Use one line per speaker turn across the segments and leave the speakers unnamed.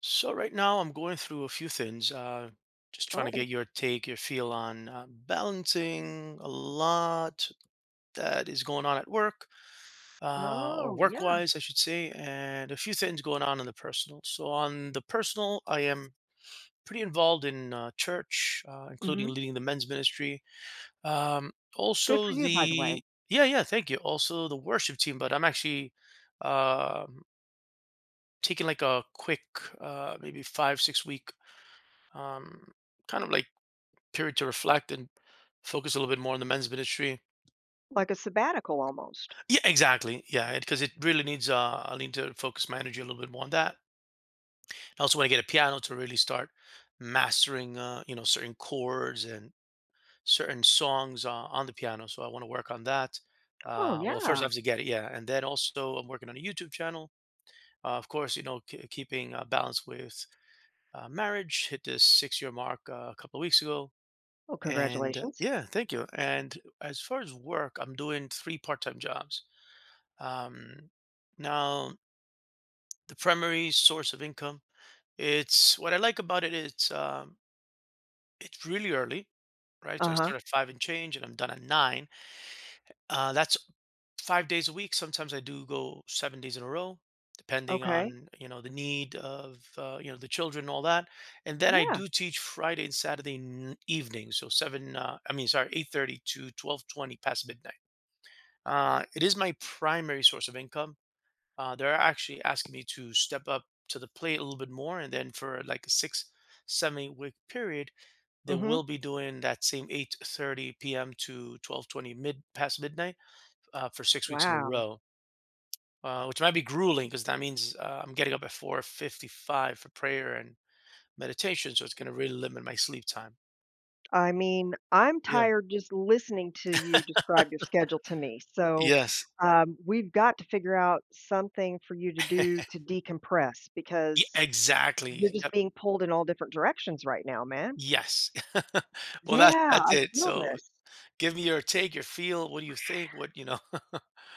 So right now I'm going through a few things. Just trying to
Oh,
get your take, your feel on balancing a lot that is going on at work, or
oh, yeah,
work-wise, I should say, and a few things going on in the personal. So on the personal, I am pretty involved in church,
mhm.
including leading the men's ministry.
Good
Also
for you, by the way.
the yeah, yeah, thank you. Also the worship team, but I'm actually um taking like a quick, maybe five, 6 week um, kind of like period to reflect and focus a little bit more on the men's ministry.
Like a sabbatical almost.
Yeah, exactly. Yeah, because it really needs. I need to focus my energy a little bit more on that. I also want to get a piano to really start mastering, you know, certain chords and certain songs on the piano. So I want to work on that.
Oh,
Well, first I
yeah.
have to get it, yeah, and then also I'm working on a YouTube channel. Of course, you know, keeping balance with marriage. Hit this six-year mark a couple of weeks ago.
Oh,
And
congratulations.
yeah, thank you. And as far as work, I'm doing three part-time jobs. Um, now, the primary source of income, it's what I like about it. It's really early, right? So I
Uh-huh,
start at five and change, and I'm done at nine. That's 5 days a week. Sometimes I do go 7 days in a row, depending
okay.
on the need of the children and all that. And then I
Yeah,
do teach Friday and Saturday evenings, so seven. I mean, sorry, 8:30 to 12:20 past midnight. It is my primary source of income. They're actually asking me to step up to the plate a little bit more, and then for like a six, seven, 8 week period, they
mhm.
will be doing that same 8:30 p.m. to 12:20 mid past midnight for 6 weeks in a
Wow.
row, which might be grueling because that means I'm getting up at 4:55 for prayer and meditation, so it's going to really limit my sleep time.
I mean, I'm
Yeah.
tired just listening to you describe your schedule to me, so,
Yes.
we've got to figure out something for you to do to decompress because you're
Exactly.
just
Yep.
being pulled in all different directions right now, man.
Yes. Well, that's
Yeah,
that's
I
it.
feel
So
this.
give me your take, your feel. What do you think? What,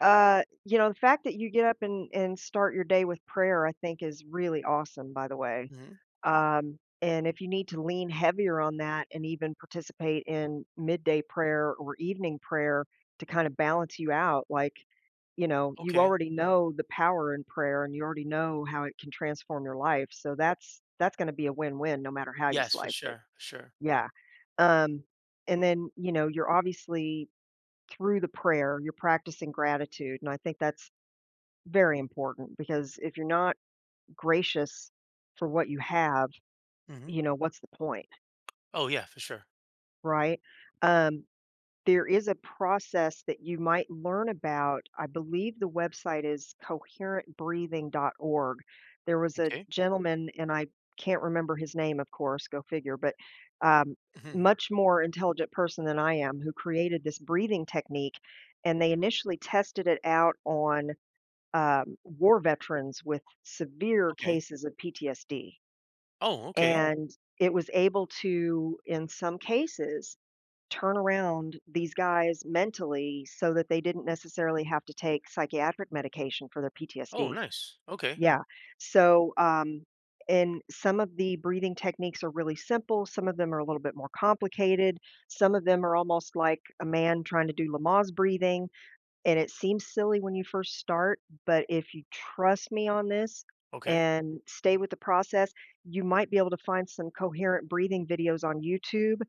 You know, the fact that you get up and start your day with prayer, I think is really awesome, by the way.
Hmm.
And if you need to lean heavier on that and even participate in midday prayer or evening prayer to kind of balance you out, like, you know, you
Okay.
already know the power in prayer and you already know how it can transform your life. So that's going to be a win-win no matter how you
Yes, for
slice it.
sure. For sure.
Yeah. Um, and then, you know, you're obviously through the prayer, you're practicing gratitude. And I think that's very important because if you're not gracious for what you have,
Hmm.
you know, what's the point,
Oh, yeah, for sure.
right? Um, there is a process that you might learn about. I believe the website is coherentbreathing.org. There was a
Okay.
gentleman, and I can't remember his name, of course, go figure, but um,
Hmm.
much more intelligent person than I am who created this breathing technique. And they initially tested it out on war veterans with severe
Okay.
cases of PTSD.
Oh,
Wow.
okay.
And it was able to, in some cases, turn around these guys mentally so that they didn't necessarily have to take psychiatric medication for their
Oh,
PTSD.
nice. Okay.
Yeah. So, and some of the breathing techniques are really simple. Some of them are a little bit more complicated. Some of them are almost like a man trying to do Lamaze breathing. And it seems silly when you first start, but if you trust me on this
Okay.
and stay with the process, you might be able to find some coherent breathing videos on YouTube.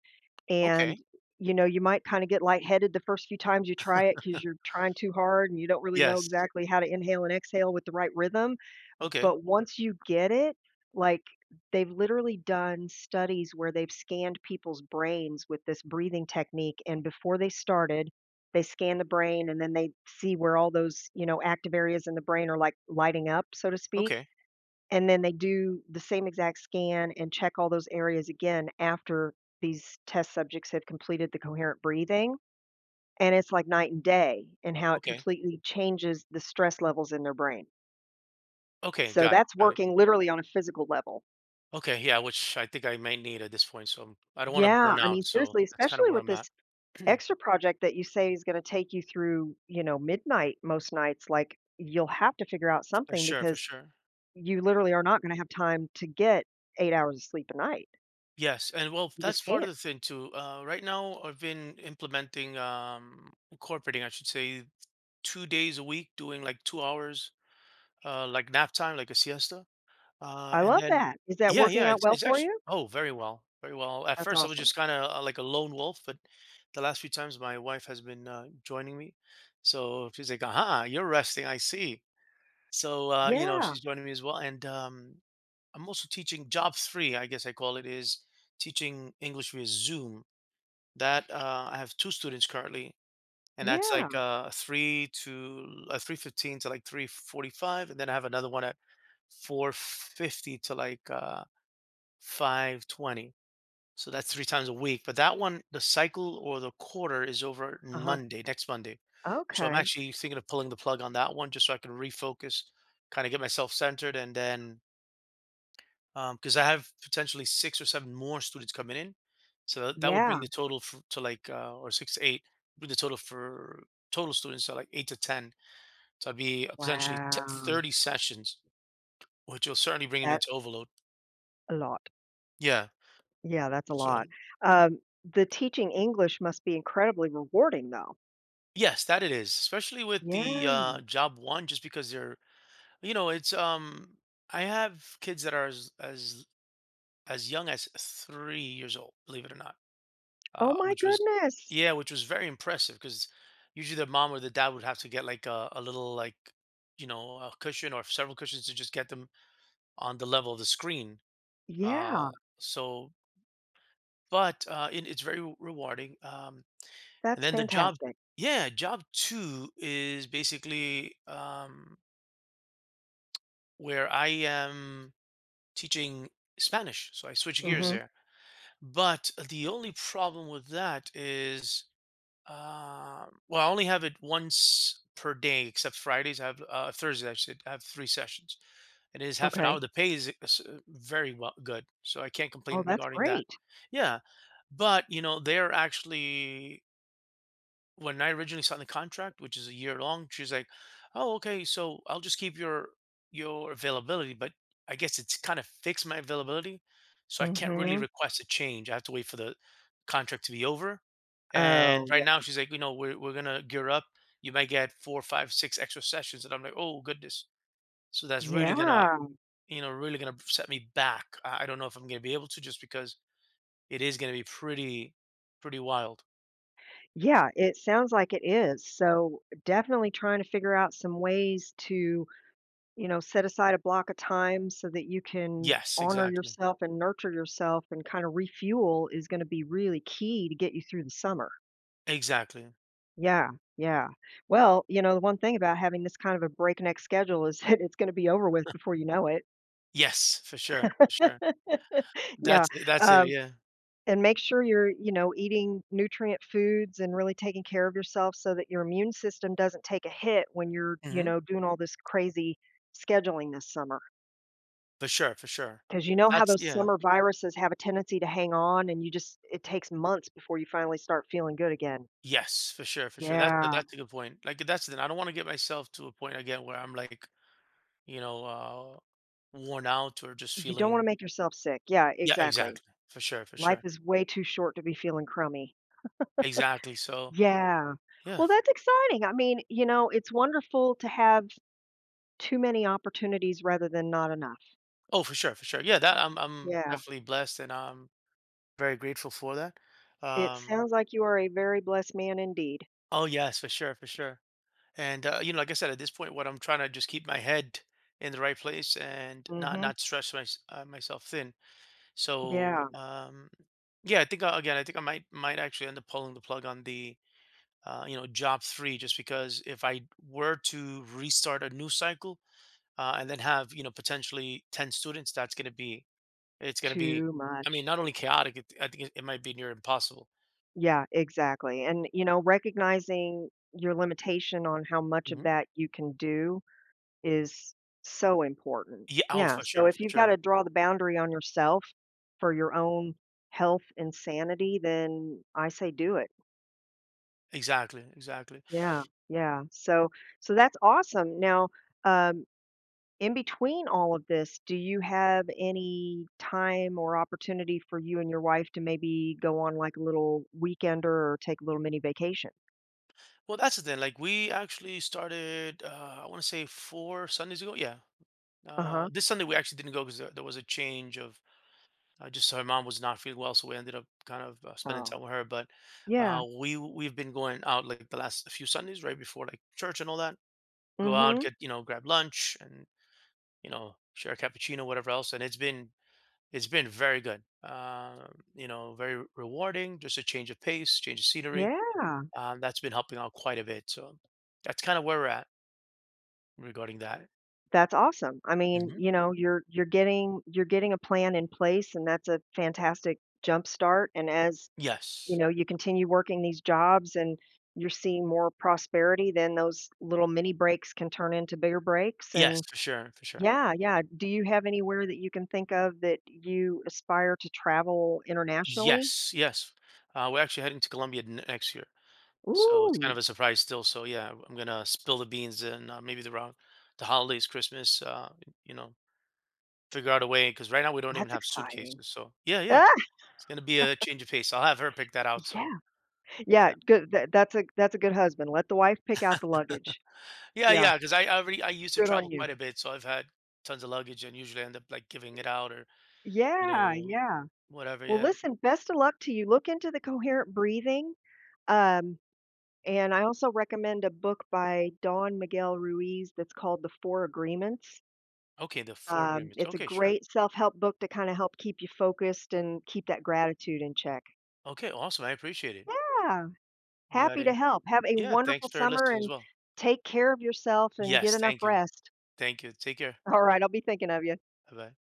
And,
Okay.
you know, you might kind of get lightheaded the first few times you try it because you're trying too hard and you don't really know
Yes.
exactly how to inhale and exhale with the right rhythm.
Okay.
But once you get it, like, they've literally done studies where they've scanned people's brains with this breathing technique, and before they started, they scan the brain and then they see where all those, you know, active areas in the brain are, like, lighting up, so to speak,
Okay.
and then they do the same exact scan and check all those areas again after these test subjects had completed the coherent breathing, and it's like night and day in how it
Okay.
completely changes the stress levels in their brain.
Okay.
So
Got it.
that's
Got it.
working literally on a physical level.
Okay. Yeah. Which I think I might need at this point. I don't want to
Yeah,
burn
I mean,
out. So
seriously,
that's kind of
especially
where
with
I'm
this
at.
extra project that you say is gonna take you through, you know, midnight most nights, like, you'll have to figure out
For
something
sure. For
because
sure.
you literally are not gonna have time to get 8 hours of sleep a night.
Yes, and well,
You just
that's part of
can't.
the thing too. Right now, I've been implementing, incorporating, I should say, 2 days a week, doing like 2 hours, like nap time, like a siesta. Uh,
I
and
love
then,
that. Is that
yeah,
working
yeah,
out
it's,
well
it's
for
actually,
you?
oh, very well, very well. At
That's
first, I was
awesome.
just kind of like a lone wolf, but the last few times, my wife has been joining me. So she's like, aha, you're resting. I see. So,
Yeah,
she's joining me as well. And I'm also teaching job three, I guess I call it, is teaching English via Zoom. That I have two students currently, and that's like
yeah.
three to 3:15 to like 3:45, and then I have another one at 4:50 to like 5:20. So that's three times a week. But that one, the cycle or the quarter is over
Uh-huh.
Monday, next Monday. So I'm
Okay.
actually thinking of pulling the plug on that one just so I can refocus, kind of get myself centered, and then because I have potentially six or seven more students coming in. So that would
Yeah.
bring the total for, to like, or six to eight, bring the total for total students to like eight to 10. So I would be potentially
Wow.
30 sessions, which will certainly bring me
That's
to overload.
a lot.
Yeah.
Yeah, that's a lot.
So,
Um, the teaching English must be incredibly rewarding, though.
yes, that it is, especially with
Yeah.
the job one, just because they're, you know, it's, um, I have kids that are as young as 3 years old, believe it or not.
Oh my
Which was
goodness.
Yeah, which was very impressive because usually the mom or the dad would have to get like a little like a cushion or several cushions to just get them on the level of the screen.
Yeah,
Uh, so, but it's very rewarding. And
that's
then the job,
fantastic.
yeah, job two is basically where I am teaching Spanish. So I switch gears
Mhm.
there. But the only problem with that is um, well, I only have it once per day, except Fridays. I have Thursdays. I should have three sessions. It is half an hour.
Okay.
The pay very well good, so I can't
Oh,
complain
that's
regarding that.
great.
Yeah, but you know they're actually when I originally signed the contract, which is a year long, she's like, "Oh, okay, so I'll just keep your availability, but I guess it's kind of fixed my availability, so I can't really
Mhm.
request a change. I have to wait for the contract to be over."
Oh,
And right now,
yeah.
she's like, "You know, we're gonna gear up. You might get four, five, six extra sessions," and I'm like, "Oh goodness!" So that's really gonna,
Yeah.
you know, really gonna set me back. I don't know if I'm gonna be able to, just because it is gonna be pretty, pretty wild.
Yeah, it sounds like it is. So, definitely trying to figure out some ways to, you know, set aside a block of time so that you can
Yes,
honor
exactly,
yourself and nurture yourself and kind of refuel is going to be really key to get you through the summer.
exactly.
Yeah, yeah. Well, you know, the one thing about having this kind of a breakneck schedule is that it's gonna be over with before you know it.
Yes, for sure, for sure.
Yeah,
That's it, that's it,
um,
yeah.
and make sure you're, you know, eating nutrient foods and really taking care of yourself so that your immune system doesn't take a hit when you're, you
Mhm.
know, doing all this crazy scheduling this summer.
For sure, for sure.
Because you know how
That's
those
yeah.
summer viruses have a tendency to hang on and you just it takes months before you finally start feeling good again.
Yes, for sure, for sure.
Yeah.
That's a good point. Like, that's the thing, I don't wanna get myself to a point again where I'm, like, you know, uh, worn out or just
You don't wanna
feeling
make yourself sick. Yeah,
yeah,
exactly.
exactly. For sure, for
Life
sure.
is way too short to be feeling crummy.
Exactly, so
Yeah.
yeah.
Well, that's exciting. I mean, you know, it's wonderful to have too many opportunities rather than not enough.
Oh, for sure, for sure. Yeah, that I'm
Yeah.
definitely blessed, and I'm very grateful for that.
It
Um.
sounds like you are a very blessed man indeed.
Oh, yes, for sure, for sure. And, like I said, at this point, what I'm trying to just keep my head in the right place and not
Hmm.
not stress my, myself thin. So,
Yeah.
yeah, I think again, I think I might actually end up pulling the plug on the you know job three, just because if I were to restart a new cycle and then have potentially 10 students, that's going to be it's going to be,
Too
I mean,
much.
not only chaotic, I think it might be near impossible.
Yeah, exactly. And, you know, recognizing your limitation on how much of
Hmm.
that you can do is so important.
Yeah, oh,
Yeah. So if
for
you've got
sure,
to draw the boundary on yourself for your own health and sanity, then I say do it.
exactly, exactly.
Yeah, yeah. So so that's awesome. Now, um, in between all of this, do you have any time or opportunity for you and your wife to maybe go on like a little weekender or take a little mini vacation?
Well, that's the thing. Like we actually started, I want to say four Sundays ago. Yeah,
Uh-huh.
this Sunday we actually didn't go because there was a change of just her mom was not feeling well, so we ended up kind of spending
Oh.
time with her. But
Yeah.
we we've been going out like the last few Sundays, right before like church and all that. Go out,
Mm-hmm.
get grab lunch, and share a cappuccino, whatever else. And it's been very good. Very rewarding. Just a change of pace, change of scenery.
Yeah.
That's been helping out quite a bit. So that's kind of where we're at regarding that.
That's awesome. I mean,
Hmm.
you know, you're getting a plan in place and that's a fantastic jump start. And as you
Yes.
know, you continue working these jobs and you're seeing more prosperity, then those little mini breaks can turn into bigger breaks.
Yes,
And
for sure, for sure.
yeah, yeah. Do you have anywhere that you can think of that you aspire to travel internationally?
Yes, yes. We're actually heading to Colombia next year, so it's kind
Ooh,
of a surprise still. So yeah, I'm gonna spill the beans and maybe the around the holidays, Christmas. You know, figure out a way because right now we don't even
that's
have
exciting.
suitcases. So yeah, yeah,
Ah,
it's gonna be a change of pace. I'll have her pick that out. So
yeah, yeah.
yeah,
Good. That's a good husband. Let the wife pick out the luggage.
yeah,
Yeah,
yeah. Because I already I used to
good on
travel quite
you.
a bit, so I've had tons of luggage and usually end up like giving it out or you
Yeah,
know
yeah.
whatever.
Well,
Yeah.
listen. Best of luck to you. Look into the coherent breathing. Um, And I also recommend a book by Don Miguel Ruiz that's called The Four Agreements.
Okay, the four agreements.
It's a
Okay, sure.
great self-help book to kind of help keep you focused and keep that gratitude in check.
Okay, awesome. I appreciate it.
Yeah,
You got
happy
it.
to help. Have a
Yeah, thanks
wonderful
for
summer
listening as
and
well.
take care of yourself and get
Yes,
enough
thank you.
rest.
Thank you. Take care.
All right, I'll be thinking of you.
Bye bye.